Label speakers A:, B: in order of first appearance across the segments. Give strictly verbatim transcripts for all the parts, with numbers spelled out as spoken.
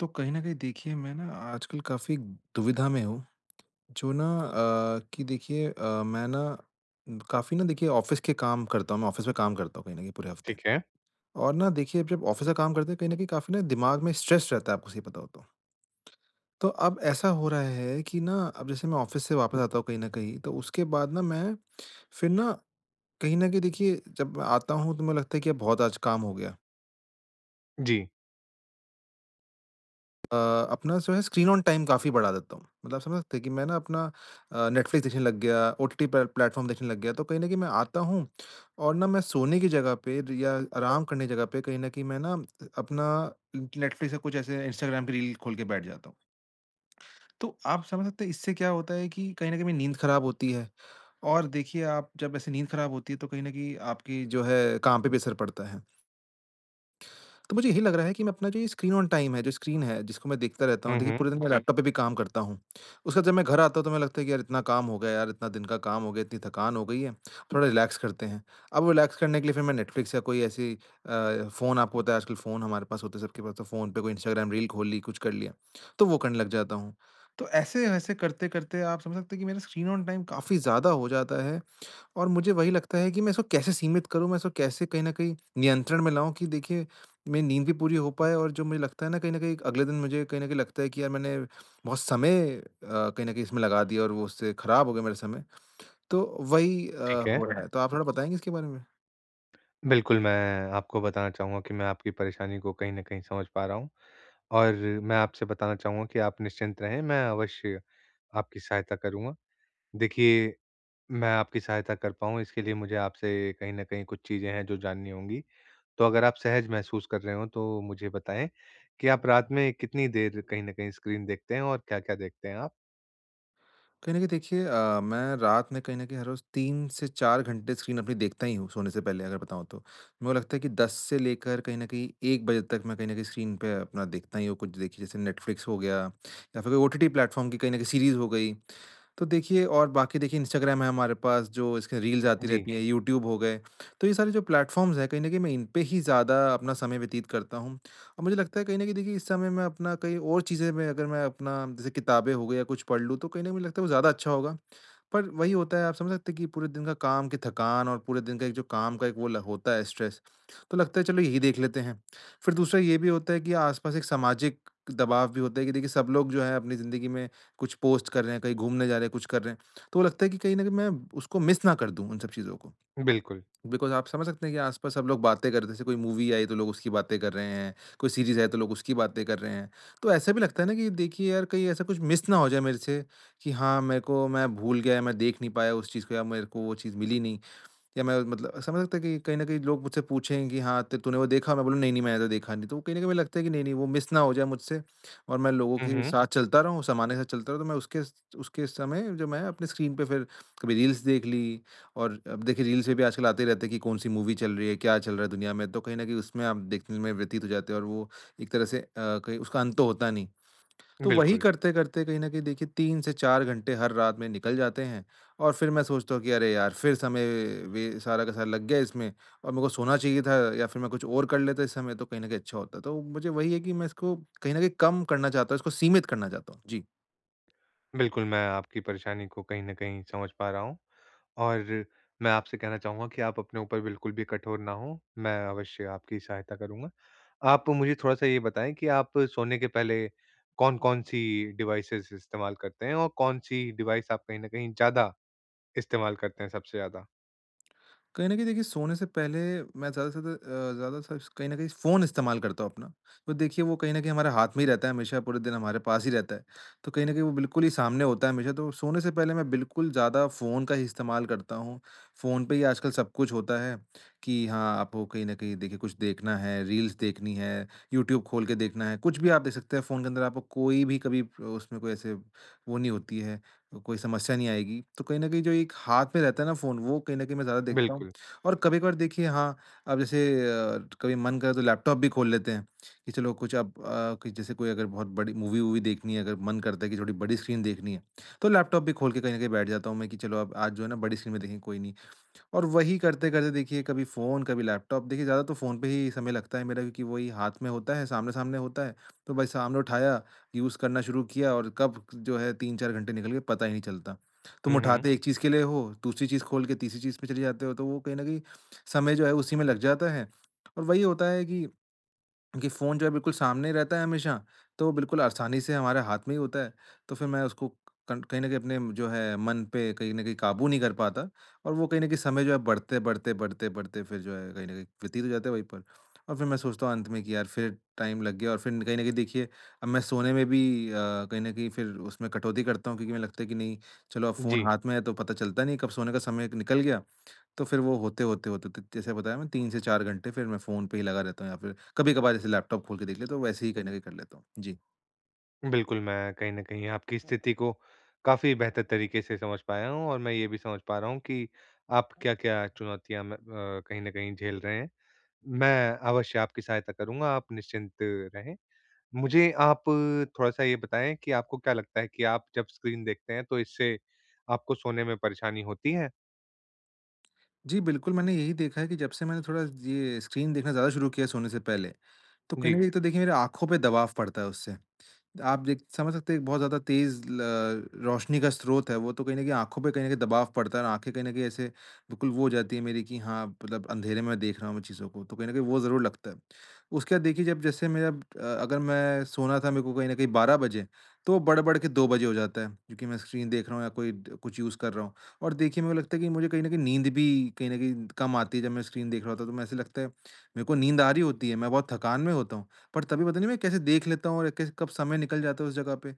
A: तो कहीं न कहीं देखिए मैं ना आजकल काफ़ी दुविधा में हूँ, जो ना अ, कि देखिए अ, मैं ना काफ़ी ना देखिए ऑफ़िस के काम करता हूँ, मैं ऑफ़िस में काम करता हूँ कहीं न कहीं पूरे हफ़्ते।
B: ठीक है।
A: और ना देखिए अब जब ऑफ़िस का काम करते हैं कहीं न कहीं काफ़ी ना दिमाग में स्ट्रेस रहता है, आपको सही बताऊँ तो। तो अब ऐसा हो रहा है कि ना अब जैसे मैं ऑफ़िस से वापस आता हूँ कहीं न कहीं, तो उसके बाद ना मैं फिर ना कहीं न कहीं देखिए जब मैं आता हूँ तो मुझे लगता है कि अब बहुत आज काम हो गया।
B: जी।
A: अ, अपना जो है स्क्रीन ऑन टाइम काफ़ी बढ़ा देता हूँ। मतलब समझ सकते हैं कि मैं ना अपना अ, नेटफ्लिक्स देखने लग गया, ओटीटी प्ले प्लेटफ़ॉर्म देखने लग गया, तो कहीं न कहीं मैं आता हूँ और ना मैं सोने की जगह पे र या आराम करने की जगह पे कहीं न कहीं मैं ना अपना नेटफ्लिक्स या कुछ ऐसे इंस्टाग्राम की रील खोल के बैठ जाता हूँ। तो आप समझ सकते हैं इससे क्या होता है कि कहीं न कहीं मेरी नींद खराब होती है और देखिए आप जब ऐसे नींद खराब होती है तो कहीं न कहीं आपकी जो है काम पे भी असर पड़ता है। तो मुझे यही लग रहा है कि मैं अपना जो ये स्क्रीन ऑन टाइम है, जो स्क्रीन है, जिसको मैं देखता रहता हूँ,
B: हुँ,
A: देखिए
B: हुँ।
A: पूरे दिन मैं हुँ। लैपटॉप पे भी काम करता हूँ। उसके बाद जब मैं घर आता हूँ तो मैं लगता है कि यार इतना काम हो गया यार, इतना दिन का काम हो गया, इतनी थकान हो गई है, थोड़ा रिलैक्स करते हैं। अब वो रिलैक्स करने के लिए फिर मैं नेटफ्लिक्स या कोई ऐसी अ, फ़ोन, आपको पता है आजकल फ़ोन हमारे पास होते हैं सबके पास, तो फ़ोन पे कोई इंस्टाग्राम रील खोल ली, कुछ कर लिया, तो वो करने लग जाता हूँ। तो ऐसे-वैसे करते-करते आप समझ सकते हैं कि मेरा स्क्रीन ऑन टाइम काफ़ी ज़्यादा हो जाता है। और मुझे वही लगता है कि मैं इसको कैसे सीमित करूँ, मैं इसको कैसे कहीं न कहीं नियंत्रण में लाऊँ कि देखिए, मेरी नींद भी पूरी हो पाए। और जो मुझे लगता है ना, कहीं न कहीं अगले दिन मुझे कहीं न कहीं लगता है कि यार मैंने बहुत समय अ, कहीं न कहीं इसमें लगा दिया और वो उससे खराब हो गया मेरा समय, तो वही अ,
B: ठीक है।
A: हो रहा है। तो आप थोड़ा बताएँगे इसके बारे में?
B: बिल्कुल, मैं आपको बताना चाहूँगा कि मैं आपकी परेशानी को कहीं न कहीं समझ पा रहा हूँ और मैं आपसे बताना चाहूँगा कि आप निश्चिंत रहें, मैं अवश्य आपकी सहायता करूँगा। देखिए, मैं आपकी सहायता कर पाऊँ इसके लिए मुझे आपसे कहीं न कहीं कुछ चीज़ें हैं जो जाननी होंगी। तो अगर आप सहज महसूस कर रहे हों तो मुझे बताएँ कि आप रात में कितनी देर कहीं न कहीं स्क्रीन देखते हैं और क्या-क्या देखते हैं आप?
A: कहीं न कहीं देखिए अ, मैं रात में कहीं न कहीं हर रोज़ तीन से चार घंटे स्क्रीन अपनी देखता ही हूँ सोने से पहले, अगर बताऊँ तो। मेरे को लगता है कि दस से लेकर कहीं न कहीं एक बजे तक मैं कहीं न कहीं स्क्रीन पे अपना देखता ही हूँ कुछ, देखिए जैसे नेटफ्लिक्स हो गया या फिर कोई ओटीटी प्लेटफ़ॉर्म की कहीं न कहीं सीरीज़ हो गई। तो देखिए और बाकी देखिए इंस्टाग्राम है हमारे पास जो, इसके रील्स आती
B: जी,
A: रहती हैं, यूट्यूब हो गए। तो ये सारे जो प्लेटफ़ॉर्म्स हैं कहीं न कहीं मैं इन पे ही ज़्यादा अपना समय व्यतीत करता हूँ। और मुझे लगता है कहीं न कहीं देखिए इस समय मैं अपना कहीं और चीज़ें में अगर मैं अपना जैसे किताबें हो गई या कुछ पढ़ लूँ तो कहीं न कहीं मुझे लगता है वो ज़्यादा अच्छा होगा। पर वही होता है, आप समझ सकते हैं कि पूरे दिन का काम की थकान और पूरे दिन का एक जो काम का एक वो ल होता है स्ट्रेस, तो लगता है चलो यही देख लेते हैं। फिर दूसरा ये भी होता है कि आस-पास एक सामाजिक दबाव भी होता है कि देखिए सब लोग जो है अपनी ज़िंदगी में कुछ पोस्ट कर रहे हैं, कहीं घूमने जा रहे हैं, कुछ कर रहे हैं। तो वो लगता है कि कहीं न कहीं मैं उसको मिस ना कर दूँ, उन सब चीज़ों को।
B: बिल्कुल।
A: बिकॉज़ आप समझ सकते हैं कि आस-पास सब लोग बातें कर रहे थे, जैसे कोई मूवी आई तो लोग उसकी बातें कर रहे हैं, कोई सीरीज़ आई तो लोग उसकी बातें कर रहे हैं। तो ऐसा भी लगता है ना कि देखिए यार कहीं ऐसा कुछ मिस ना हो जाए मेरे से, कि हाँ, मेरे को मैं भूल गया, मैं देख नहीं पाया उस चीज़ को या मेरे को वो चीज़ मिली नहीं। या मैं मतलब समझ सकता है कि कहीं न कहीं लोग मुझसे पूछें कि हाँ, त तूने वो देखा? मैं बोलूँ, "नहीं-नहीं, मैंने तो देखा नहीं।" तो वो कहीं न कहीं मुझे लगता है कि नहीं-नहीं, वो मिस ना हो जाए मुझसे और मैं लोगों
B: हुँ,
A: के
B: हुँ।
A: साथ चलता रहूँ, सामान्य के साथ चलता रहूँ, तो मैं उसके स उसके समय जो मैं अपने स्क्रीन पे फिर कभी रील्स देख ली। और अब देखिए रील्स में भी आजकल आते ही रहते हैं कि कौन-सी मूवी चल रही है, क्या चल रहा है दुनिया में, तो कहीं न कहीं उसमें आप देखने में व्यतीत हो जाते हैं और वो एक तरह से अ, कहीं उसका अंत तो होता नहीं। तो वही
B: बिल्कुल।
A: करते-करते कहीं न कहीं देखिए तीन से चार घंटे हर रात में निकल जाते हैं और फिर मैं सोचता हूँ कि अरे यार! फिर समय वे सारा का सारा लग गया इसमें और मेरे को सोना चाहिए था या फिर मैं कुछ और कर लेता इस समय तो कहीं न कहीं अच्छा होता। तो मुझे वही है कि मैं इसको कहीं न कहीं कम करना चाहता हूँ, इसको सीमित करना चाहता हूँ। जी।
B: बिल्कुल, मैं आपकी परेशानी को कहीं न कहीं समझ पा रहा हूँ और मैं आपसे कहना चाहूँगा कि आप अपने ऊपर बिल्कुल भी कठोर ना हों, मैं अवश्य आपकी सहायता करूँगा। आप मुझे थोड़ा-सा ये बताएँ कि आप सोने के पहले कौन-कौन सी डिवाइसेज़ इस्तेमाल करते हैं और कौन-सी डिवाइस आप कहीं न कहीं ज़्यादा इस्तेमाल करते हैं सबसे ज़्यादा?
A: कहीं न कहीं देखिए सोने से पहले मैं ज़्यादा से ज़्यादा अ, ज़्यादा सा कहीं न कहीं फ़ोन इस्तेमाल करता हूँ अपना। तो देखिए वो कहीं न कहीं हमारे हाथ में ही रहता है हमेशा, पूरे दिन हमारे पास ही रहता है। तो कहीं न कहीं वो बिल्कुल ही सामने होता है हमेशा, तो सोने से पहले मैं बिल्कुल ज़्यादा फ़ोन का ही इस्तेमाल करता हूँ। फ़ोन पे ही आजकल सब कुछ होता है कि हाँ, आपको कहीं न कहीं देखिए कुछ देखना है, रील्स देखनी है, यूट्यूब खोल के देखना है, कुछ भी आप देख सकते हैं फ़ोन के अंदर, आपको कोई भी कभी उसमें कोई ऐसे वो नहीं होती है, कोई समस्या नहीं आएगी। तो कहीं न कहीं जो एक हाथ में रहता है ना फ़ोन, वो कहीं न कहीं मैं ज़्यादा देखता हूँ।
B: बिल्कुल।
A: और कभी-कभार देखिए हाँ, अब जैसे अ, कभी मन करे तो लैपटॉप भी खोल लेते हैं कि चलो कुछ अब, अ, कि जैसे कोई अगर बहुत बड़ी मूवी-वूवी देखनी है, अगर मन करता है कि थोड़ी बड़ी स्क्रीन देखनी है, तो लैपटॉप भी खोल के कहीं न कहीं बैठ जाता हूँ मैं कि चलो अब आज जो है ना बड़ी स्क्रीन में देखेंगे कोई नहीं। और वही करते-करते देखिए कभी फ़ोन, कभी लैपटॉप, देखिए ज़्यादा तो फ़ोन पे ही समय लगता है मेरा क्योंकि वही हाथ में होता है, सामने-सामने होता है। तो भाई सामने उठाया, यूज़ करना शुरू किया और कब जो है तीन चार घंटे निकल गए पता ही नहीं चलता। तुम
B: हुँ, हुँ।
A: उठाते एक चीज़ के लिए हो, दूसरी चीज़ खोल के तीसरी चीज़ पे चले जाते हो, तो वो कहीं न कहीं समय जो है उसी में लग जाता है। और वही होता है कि क्योंकि फ़ोन जो है बिल्कुल सामने ही रहता है हमेशा, तो वो बिल्कुल आसानी से हमारे हाथ में ही होता है। तो फिर मैं उसको कन कहीं न कहीं अपने जो है मन पे कहीं न कहीं काबू नहीं कर पाता और वो कहीं न कहीं समय जो है बढ़ते, बढ़ते, बढ़ते, बढ़ते फिर जो है कहीं न कहीं व्यतीत हो जाता है वहीं पर। और फिर मैं सोचता हूँ अंत में कि यार फिर टाइम लग गया और फिर कहीं न कहीं देखिए अब मैं सोने में भी अ, कहीं न कहीं फिर उसमें कटौती करता हूँ क्योंकि मुझे लगता है कि नहीं, चलो अब फ़ोन
B: जी।
A: हाथ में है तो पता चलता नहीं कब सोने का समय निकल गया, तो फिर वो होते-होते, होते-होते जैसे बताया मैं तीन से चार घंटे फिर मैं फ़ोन पे ही लगा रहता हूँ या फिर कभी-कभार जैसे लैपटॉप खोल के देख लिया तो वैसे ही कहीं न कहीं कर लेता हूँ। जी।
B: बिल्कुल, मैं कहीं न कहीं आपकी स्थिति को काफ़ी बेहतर तरीके से समझ पाया हूँ और मैं ये भी समझ पा रहा हूँ कि आप क्या-क्या चुनौतियाँ म अ, कहीं न कहीं झेल रहे हैं। मैं अवश्य आपकी सहायता करूँगा, आप निश्चिंत रहें। मुझे आप थोड़ा-सा ये बताएँ कि आपको क्या लगता है कि आप जब स्क्रीन देखते हैं तो इससे आपको सोने में परेशानी होती है?
A: जी, बिल्कुल, मैंने यही देखा है कि जब से मैंने थोड़ा ये स्क्रीन देखना ज़्यादा शुरू किया है सोने से पहले, तो कहीं
B: जी,
A: न कहीं एक तो देखिए मेरी आँखों पे दबाव पड़ता है उससे। आप देख समझ सकते हैं एक बहुत ज़्यादा तेज़ ल रोशनी का स्रोत है वो, तो कहीं न कहीं आँखों पे कहीं न कहीं दबाव पड़ता है और आँखें कहीं न कहीं ऐसे बिल्कुल वो हो जाती है मेरी कि हाँ, मतलब अंधेरे में देख रहा हूँ मैं चीज़ों को, तो कहीं न कहीं वो ज़रूर लगता है। उसके बाद देखिए जब जैसे मैं अब अ, अगर मैं सोना था मेरे को कहीं न कहीं बारह बजे, तो बढ़-बढ़ के दो बजे हो जाता है, क्योंकि मैं स्क्रीन देख रहा हूँ या कोई ड कुछ यूज़ कर रहा हूँ। और देखिए मेरे को लगता है कि मुझे कहीं न कहीं नींद भी कहीं न कहीं कम आती है जब मैं स्क्रीन देख रहा होता हूँ, तो मैं ऐसे लगता है, मेरे को नींद आ रही होती है, मैं बहुत थकान में होता हूँ, पर तभी पता नहीं मैं कैसे देख लेता हूँ और कैसे कब समय निकल जाता है उस जगह पे।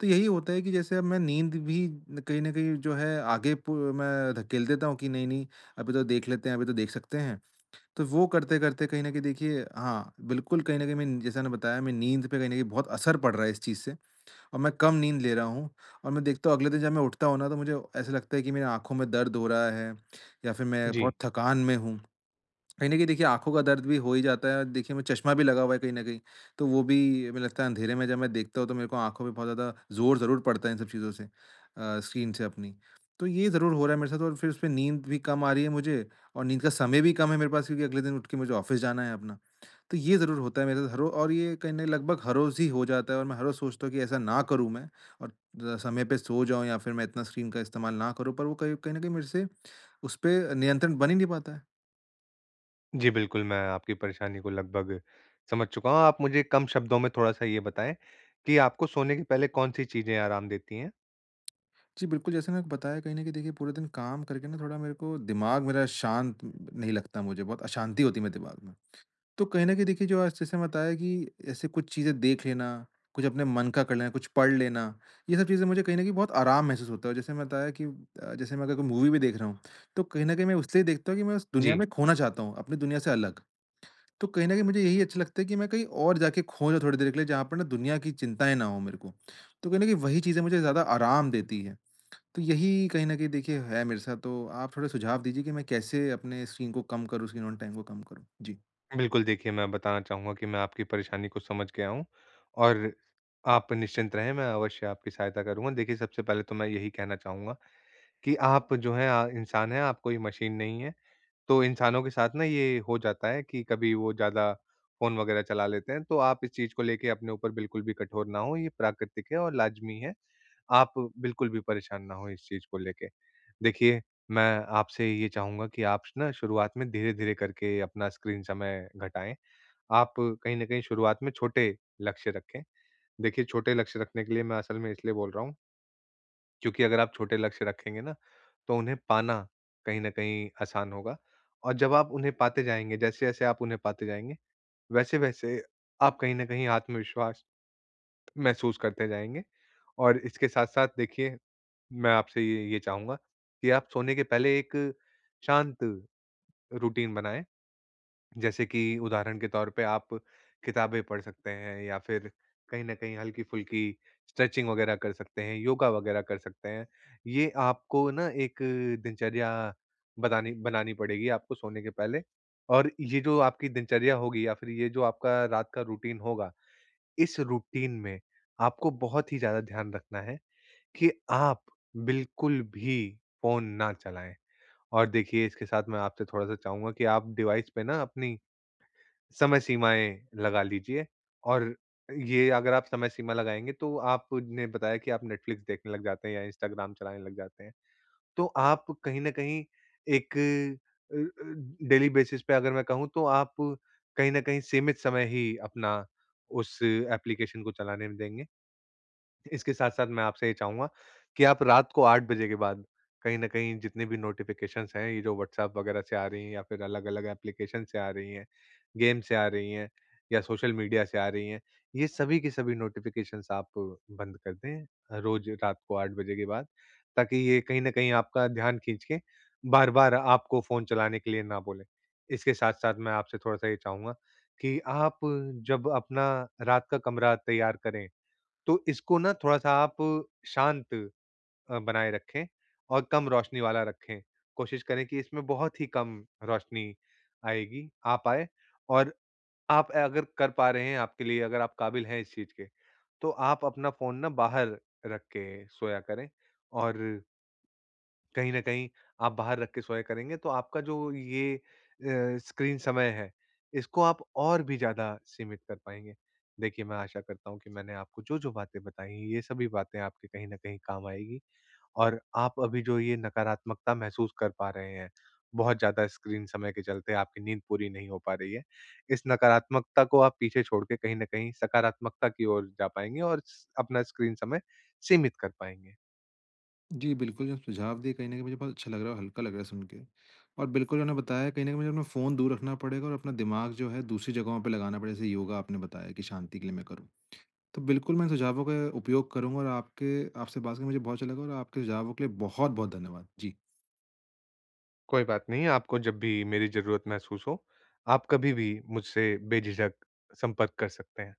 A: तो यही होता है कि जैसे अब मैं नींद भी न- कहीं न कहीं जो है आगे पु मैं धकेल देता हूँ कि नहीं-नहीं अभी तो देख लेते हैं, अभी तो देख सकते हैं। तो वो करते-करते कहीं न कहीं देखिए हाँ, बिल्कुल कहीं न कहीं मैं जैसा मैंने बताया मैं नींद पे कहीं न कहीं बहुत असर पड़ रहा है इस चीज़ से और मैं कम नींद ले रहा हूँ। और मैं देखता हूँ अगले दिन जब मैं उठता हूँ ना तो मुझे ऐसा लगता है कि मेरी आँखों में दर्द हो रहा है या फिर मैं
B: जी।
A: बहुत थकान में हूँ। कहीं न कहीं देखिए आँखों का दर्द भी हो ही जाता है। देखिए मैं चश्मा भी लगा हुआ है कहीं न कहीं, तो वो भी मुझे लगता है अंधेरे में जब मैं देखता हूँ तो मेरे को आँखों पे बहुत ज़्यादा ज़ोर ज़रूर पड़ता है इन सब चीज़ों से अ, स्क्रीन से अपनी। तो ये ज़रूर हो रहा है मेरे साथ और फिर उसमें नींद भी कम आ रही है मुझे और नींद का समय भी कम है मेरे पास क्योंकि अगले दिन उठ के मुझे ऑफ़िस जाना है अपना। तो ये ज़रूर होता है मेरे साथ हर रो और ये कहीं न कहीं लगभग हर रोज़ ही हो जाता है और मैं हर रोज़ सोचता हूँ कि ऐसा ना करूँ मैं और ज़रा समय पे सो जाऊँ या फिर मैं इतना स्क्रीन का इस्तेमाल ना करूँ, पर वो कहीं कहीं न कहीं मेरे से उस पे नियंत्रण बन ही नहीं पाता है।
B: जी, बिल्कुल, मैं आपकी परेशानी को लगभग समझ चुका हूँ। आप मुझे कम शब्दों में थोड़ा-सा ये बताएँ कि आपको सोने के पहले कौन-सी चीज़ें आराम देती हैं?
A: जी, बिल्कुल, जैसे मैंने आपको बताया कहीं न कहीं देखिए पूरे दिन काम करके ना थोड़ा मेरे को दिमाग मेरा शांत नहीं लगता मुझे, बहुत अशांति होती है मेरे दिमाग में। तो कहीं न कहीं देखिए जो आज जैसे मैं बताया कि ऐसे कुछ चीज़ें देख लेना, कुछ अपने मन का कर लेना, कुछ पढ़ लेना, ये सब चीज़ें मुझे कहीं न कहीं बहुत आराम महसूस होता है। जैसे मैं बताया कि अ, जैसे मैं अगर कोई मूवी भी देख रहा हूँ, तो कहीं न कहीं मैं इसलिए देखता हूँ कि मैं उस
B: जी।
A: दुनिया में खोना चाहता हूँ, अपनी दुनिया से अलग। तो कहीं न कहीं मुझे यही अच्छा लगता है कि मैं कहीं और जाके खो जाऊँ थोड़ी देर के लिए, जहाँ पर ना दुनिया की चिंताएँ ना हों मेरे को। तो कहीं न कहीं वही चीज़ें मुझे ज़्यादा आराम देती हैं। तो यही कहीं न कहीं देखिए है मेरे साथ, तो आप थोड़े सुझाव दीजिए कि मैं कैसे अपने स्क्रीन को कम करूँ, स्क्रीन ऑन टाइम को कम करूँ? जी।
B: बिल्कुल, देखिए, मैं बताना चाहूँगा कि मैं आपकी परेशानी को समझ गया हूँ और आप निश्चिंत रहें, मैं अवश्य आपकी सहायता करूँगा। देखिए, सबसे पहले तो मैं यही कहना चाहूँगा कि आप जो हैं अ, इंसान हैं, आप कोई मशीन नहीं हैं। तो इंसानों के साथ ना ये हो जाता है कि कभी वो ज़्यादा फ़ोन वग़ैरह चला लेते हैं, तो आप इस चीज़ को लेके अपने ऊपर बिल्कुल भी कठोर ना हों, ये प्राकृतिक है और लाज़मी है। आप बिल्कुल भी परेशान ना हों इस चीज़ को लेके। देखिए, मैं आपसे ये चाहूँगा कि आप ना शुरुआत में धीरे-धीरे करके अपना स्क्रीन समय घटाएँ। आप कहीं न कहीं शुरुआत में छोटे लक्ष्य रखें। देखिए, छोटे लक्ष्य रखने के लिए मैं असल में इसलिए बोल रहा हूँ, क्योंकि अगर आप छोटे लक्ष्य रखेंगे ना, तो उन्हें पाना कहीं न कहीं आसान होगा और जब आप उन्हें पाते जाएँगे, जैसे-जैसे आप उन्हें पाते जाएँगे, वैसे-वैसे आप कहीं न कहीं आत्मविश्वास महसूस करते जाएँगे। और इसके साथ-साथ, देखिए, मैं आपसे ये ये चाहूँगा कि आप सोने के पहले एक शांत रूटीन बनाएँ। जैसे कि उदाहरण के तौर पे, आप किताबें पढ़ सकते हैं या फिर कहीं न कहीं हल्की-फुल्की स्ट्रेचिंग वगैरह कर सकते हैं, योगा वगैरह कर सकते हैं। ये आपको ना एक दिनचर्या बतानी बनानी पड़ेगी आपको सोने के पहले, और ये जो आपकी दिनचर्या होगी या फिर ये जो आपका रात का रूटीन होगा, इस रूटीन में आपको बहुत ही ज़्यादा ध्यान रखना है कि आप बिल्कुल भी फ़ोन ना चलाएँ। और देखिए, इसके साथ मैं आपसे थोड़ा-सा चाहूँगा कि आप डिवाइस पे ना अपनी समय सीमाएँ लगा लीजिए। और ये अगर आप समय सीमा लगाएँगे, तो आपने बताया कि आप नेटफ्लिक्स देखने लग जाते हैं या इंस्टाग्राम चलाने लग जाते हैं। तो आप कहीं न कहीं एक अ अ, डेली बेसिस पे, अगर मैं कहूँ, तो आप कहीं न कहीं सीमित समय ही अपना उस एप्लीकेशन को चलाने में देंगे? इसके साथ-साथ मैं आपसे ये चाहूँगा कि आप रात को आठ बजे के बाद, कहीं न कहीं जितने भी नोटिफ़िकेशंस हैं, ये जो व्हाट्सऐप वगैरह से आ रही हैं या फिर अलग-अलग एप्लीकेशन से आ रही हैं, गेम से आ रही हैं या सोशल मीडिया से आ रही हैं, ये सभी की सभी नोटिफ़िकेशंस आप बंद कर दें, अ, रोज़ रात को आठ बजे के बाद, ताकि ये कहीं न कहीं आपका ध्यान खींच के बार-बार आपको फ़ोन चलाने के लिए ना बोलें। इसके साथ-साथ मैं आपसे थोड़ा-सा ये चाहूँगा कि आप जब अपना रात का कमरा तैयार करें, तो इसको ना थोड़ा-सा आप शांत अ, बनाए रखें और कम रोशनी वाला रखें। कोशिश करें कि इसमें बहुत ही कम रोशनी आएगी आ पाए। और आप अगर कर पा रहे हैं, आपके लिए अगर आप काबिल हैं इस चीज़ के, तो आप अपना फ़ोन ना बाहर रख के सोया करें। और कहीं न कहीं आप बाहर रख के सोया करेंगे, तो आपका जो ये अ, स्क्रीन समय है, इसको आप और भी ज़्यादा सीमित कर पाएँगे। देखिए, मैं आशा करता हूँ कि मैंने आपको जो-जो बातें बताई हैं, ये सभी बातें आपके कहीं न कहीं काम आएगी, और आप अभी जो ये नकारात्मकता महसूस कर पा रहे हैं, बहुत ज़्यादा स्क्रीन समय के चलते आपकी नींद पूरी नहीं हो पा रही है, इस नकारात्मकता को आप पीछे छोड़ के कहीं न कहीं सकारात्मकता की ओर जा पाएँगे और स अपना स्क्रीन समय सीमित कर पाएँगे।
A: जी, बिल्कुल, जो सुझाव दिए कहीं न कहीं मुझे बहुत अच्छा लग रहा है और हल्का लग रहा है सुन के। और बिल्कुल आपने बताया कहीं न कहीं मुझे अपना फ़ोन दूर रखना पड़ेगा और अपना दिमाग जो है दूसरी जगहों पे लगाना पड़ेगा, जैसे योगा आपने बताया कि शांति के लिए मैं करूँ। तो बिल्कुल मैं इन सुझावों का उपयोग करूँगा और आपके आपसे बात करके मुझे बहुत अच्छा लगा और आपके सुझावों के लिए बहुत-बहुत धन्यवाद। जी।
B: कोई बात नहीं, आपको जब भी मेरी ज़रूरत महसूस हो, आप कभी भी मुझसे बेझिझक संपर्क कर सकते हैं।